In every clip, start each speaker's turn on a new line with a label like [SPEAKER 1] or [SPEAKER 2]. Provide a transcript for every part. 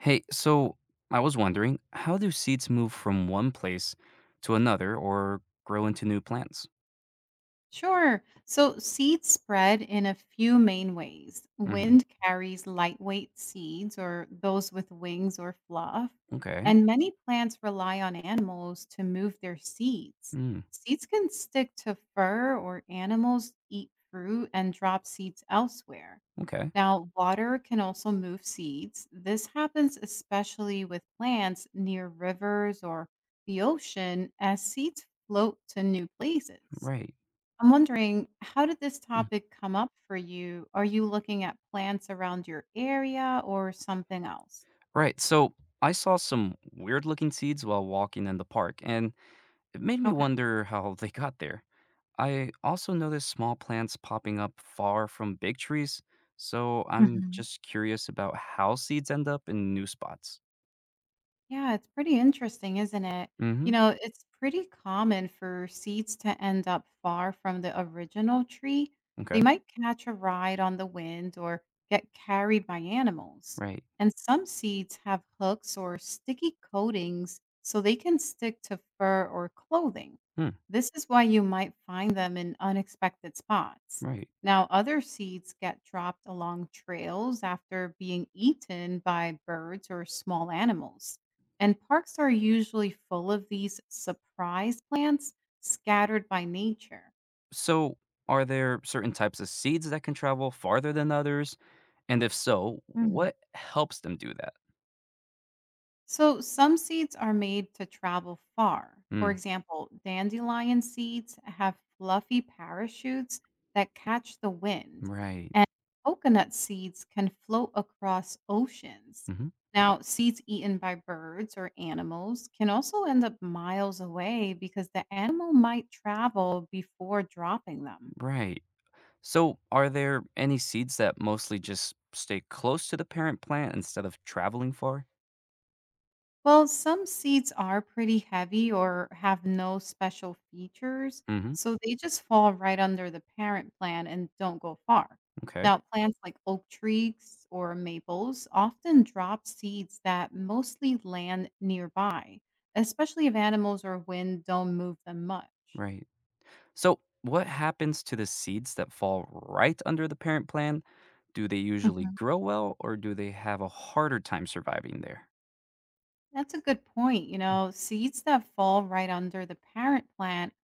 [SPEAKER 1] Hey, so I was wondering, how do seeds move from one place to another or grow into new plants?
[SPEAKER 2] Sure. So seeds spread in a few main ways.
[SPEAKER 1] Hmm.
[SPEAKER 2] Wind carries lightweight seeds or those with wings or fluff,
[SPEAKER 1] Okay.
[SPEAKER 2] and many plants rely on animals to move their seeds.
[SPEAKER 1] Mm,
[SPEAKER 2] Seeds can stick to fur or animals eat fruit and drop seeds elsewhere.
[SPEAKER 1] okay.
[SPEAKER 2] Now, water can also move seeds. This happens especially with plants near rivers or the ocean as seeds float to new places.
[SPEAKER 1] Right.
[SPEAKER 2] I'm wondering, how did this
[SPEAKER 1] Mm.
[SPEAKER 2] topic come up for you? Are you looking at plants around your area or something else?
[SPEAKER 1] Right. So I saw some weird looking seeds while walking in the park, and it made me
[SPEAKER 2] Okay.
[SPEAKER 1] wonder how they got there. I also noticed small plants popping up far from big trees, so I'm
[SPEAKER 2] Mhm.
[SPEAKER 1] just curious about how seeds end up in new spots.
[SPEAKER 2] Yeah, it's pretty interesting, isn't it? You
[SPEAKER 1] Hmm.
[SPEAKER 2] know, it's pretty common for seeds to end up far from the original tree. They
[SPEAKER 1] Okay.
[SPEAKER 2] might catch a ride on the wind or get carried by animals.
[SPEAKER 1] Right.
[SPEAKER 2] And some seeds have hooks or sticky coatings so they can stick to fur or clothing.
[SPEAKER 1] Hmm.
[SPEAKER 2] This is why you might find them in unexpected spots.
[SPEAKER 1] Right.
[SPEAKER 2] Now, other seeds get dropped along trails after being eaten by birds or small animals. And parks are usually full of these surprise plants scattered by nature.
[SPEAKER 1] So, are there certain types of seeds that can travel farther than others? And if so,
[SPEAKER 2] Mm.
[SPEAKER 1] what helps them do that?
[SPEAKER 2] So some seeds are made to travel far. For
[SPEAKER 1] Mm,
[SPEAKER 2] example, dandelion seeds have fluffy parachutes that catch the wind,
[SPEAKER 1] right.
[SPEAKER 2] and coconut seeds can float across oceans.
[SPEAKER 1] Hmm.
[SPEAKER 2] Now, seeds eaten by birds or animals can also end up miles away because the animal might travel before dropping them.
[SPEAKER 1] Right. So, are there any seeds that mostly just stay close to the parent plant instead of traveling far?
[SPEAKER 2] Well, some seeds are pretty heavy or have no special features,
[SPEAKER 1] Hmm.
[SPEAKER 2] so they just fall right under the parent plant and don't go far.
[SPEAKER 1] Okay.
[SPEAKER 2] Now, plants like oak trees or maples often drop seeds that mostly land nearby, especially if animals or wind don't move them much.
[SPEAKER 1] Right. So, what happens to the seeds that fall right under the parent plant? Do they usually grow well or do they have a harder time surviving there?
[SPEAKER 2] That's a good point. You know, seeds that fall right under the parent plant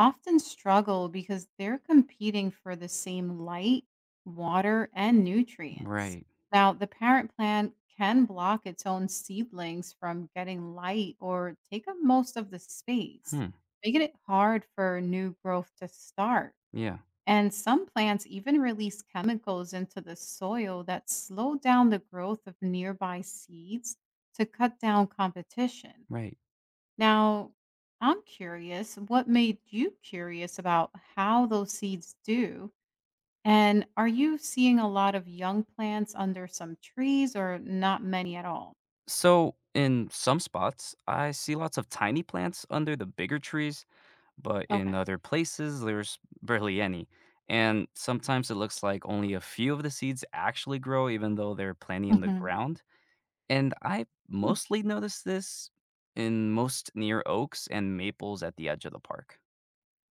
[SPEAKER 2] often struggle because they're competing for the same light, water, and nutrients.
[SPEAKER 1] Right.
[SPEAKER 2] Now, the parent plant can block its own seedlings from getting light or take up most of the space,
[SPEAKER 1] Hmm.
[SPEAKER 2] making it hard for new growth to start.
[SPEAKER 1] Yeah.
[SPEAKER 2] And some plants even release chemicals into the soil that slow down the growth of nearby seeds to cut down competition.
[SPEAKER 1] Right.
[SPEAKER 2] Now, I'm curious, what made you curious about how those seeds do? And are you seeing a lot of young plants under some trees or not many at all?
[SPEAKER 1] So, in some spots, I see lots of tiny plants under the bigger trees, but in
[SPEAKER 2] Okay.
[SPEAKER 1] other places, there's barely any. And sometimes it looks like only a few of the seeds actually grow, even though there are plenty in the
[SPEAKER 2] Mhm.
[SPEAKER 1] ground. And I mostly notice this in most near oaks and maples at the edge of the park.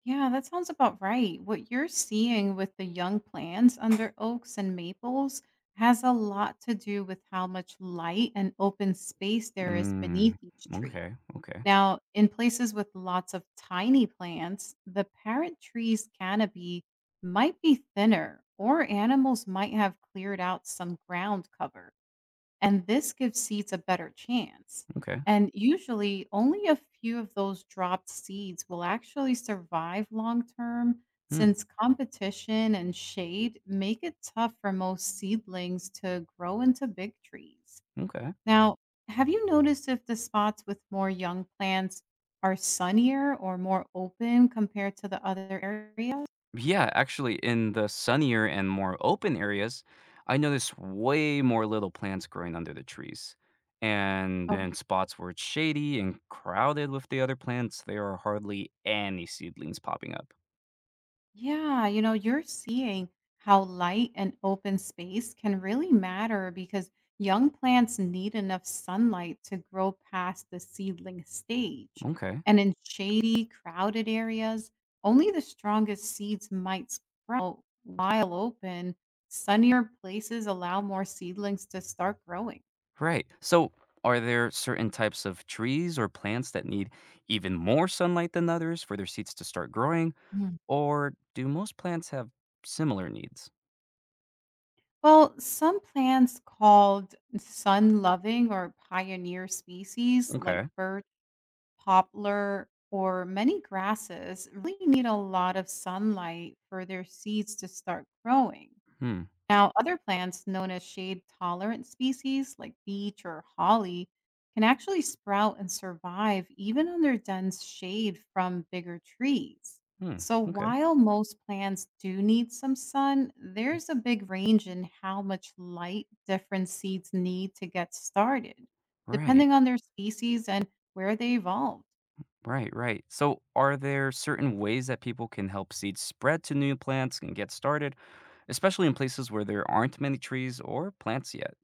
[SPEAKER 2] Yeah, that sounds about right. What you're seeing with the young plants under oaks and maples has a lot to do with how much light and open space there is
[SPEAKER 1] Mm,
[SPEAKER 2] beneath each tree.
[SPEAKER 1] okay, okay,
[SPEAKER 2] Now, in places with lots of tiny plants, the parent tree's canopy might be thinner, or animals might have cleared out some ground cover and this gives seeds a better chance.
[SPEAKER 1] okay.
[SPEAKER 2] And usually, only a few of those dropped seeds will actually survive long term
[SPEAKER 1] Hmm,
[SPEAKER 2] since competition and shade make it tough for most seedlings to grow into big trees.
[SPEAKER 1] okay.
[SPEAKER 2] Now, have you noticed if the spots with more young plants are sunnier or more open compared to the other areas?
[SPEAKER 1] Yeah, actually, in the sunnier and more open areas, I notice way more little plants growing under the trees. And in spots where it's shady and crowded with the other plants, there are hardly any seedlings popping up.
[SPEAKER 2] Yeah, you know, you're seeing how light and open space can really matter because young plants need enough sunlight to grow past the seedling stage.
[SPEAKER 1] Okay,
[SPEAKER 2] And in shady, crowded areas, only the strongest seeds might sprout, while open, sunnier places allow more seedlings to start growing.
[SPEAKER 1] right. So, are there certain types of trees or plants that need even more sunlight than others for their seeds to start growing?
[SPEAKER 2] Mm.
[SPEAKER 1] Or do most plants have similar needs?
[SPEAKER 2] Well, some plants called sun loving or pioneer species, like
[SPEAKER 1] Okay.
[SPEAKER 2] birch. Poplar, or many grasses really need a lot of sunlight for their seeds to start growing.
[SPEAKER 1] Hmm.
[SPEAKER 2] Now, other plants known as shade tolerant species like beech or holly can actually sprout and survive even under dense shade from bigger trees.
[SPEAKER 1] Hmm.
[SPEAKER 2] So,
[SPEAKER 1] Okay.
[SPEAKER 2] while most plants do need some sun, there's a big range in how much light different seeds need to get started,
[SPEAKER 1] Right.
[SPEAKER 2] depending on their species and where they evolved.
[SPEAKER 1] Right, right. So, are there certain ways that people can help seeds spread to new plants and get started, especially in places where there aren't many trees or plants yet?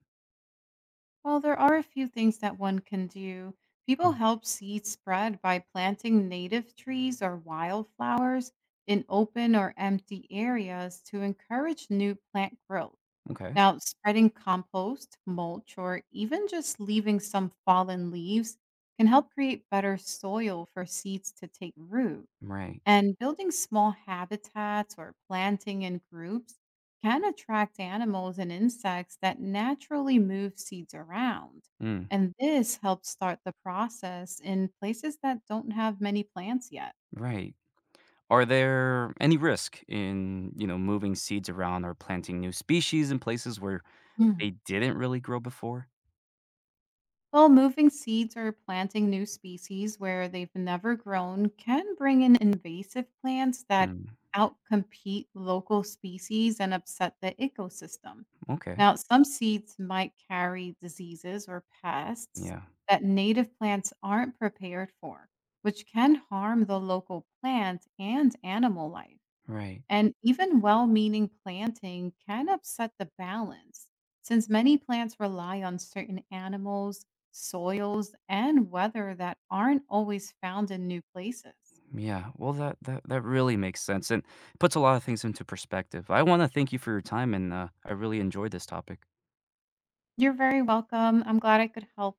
[SPEAKER 2] Well, there are a few things that one can do. People
[SPEAKER 1] Mm,
[SPEAKER 2] help seed spread by planting native trees or wildflowers in open or empty areas to encourage new plant growth.
[SPEAKER 1] okay.
[SPEAKER 2] Now, spreading compost, mulch, or even just leaving some fallen leaves can help create better soil for seeds to take root.
[SPEAKER 1] Right.
[SPEAKER 2] And building small habitats or planting in groups can attract animals and insects that naturally move seeds around.
[SPEAKER 1] Mm,
[SPEAKER 2] And this helps start the process in places that don't have many plants yet.
[SPEAKER 1] right. Are there any risk in, you know, moving seeds around or planting new species in places where they didn't really grow before?
[SPEAKER 2] Well, moving seeds or planting new species where they've never grown can bring in invasive plants that
[SPEAKER 1] Mm,
[SPEAKER 2] outcompete local species and upset the ecosystem.
[SPEAKER 1] okay.
[SPEAKER 2] Now, some seeds might carry diseases or pests
[SPEAKER 1] Yeah.
[SPEAKER 2] that native plants aren't prepared for, which can harm the local plant and animal life.
[SPEAKER 1] Right.
[SPEAKER 2] And even well meaning planting can upset the balance, since many plants rely on certain animals, soils, and weather that aren't always found in new places.
[SPEAKER 1] Yeah. Well, that really makes sense and puts a lot of things into perspective. I want to thank you for your time and I really enjoyed this topic.
[SPEAKER 2] You're very welcome. I'm glad I could help.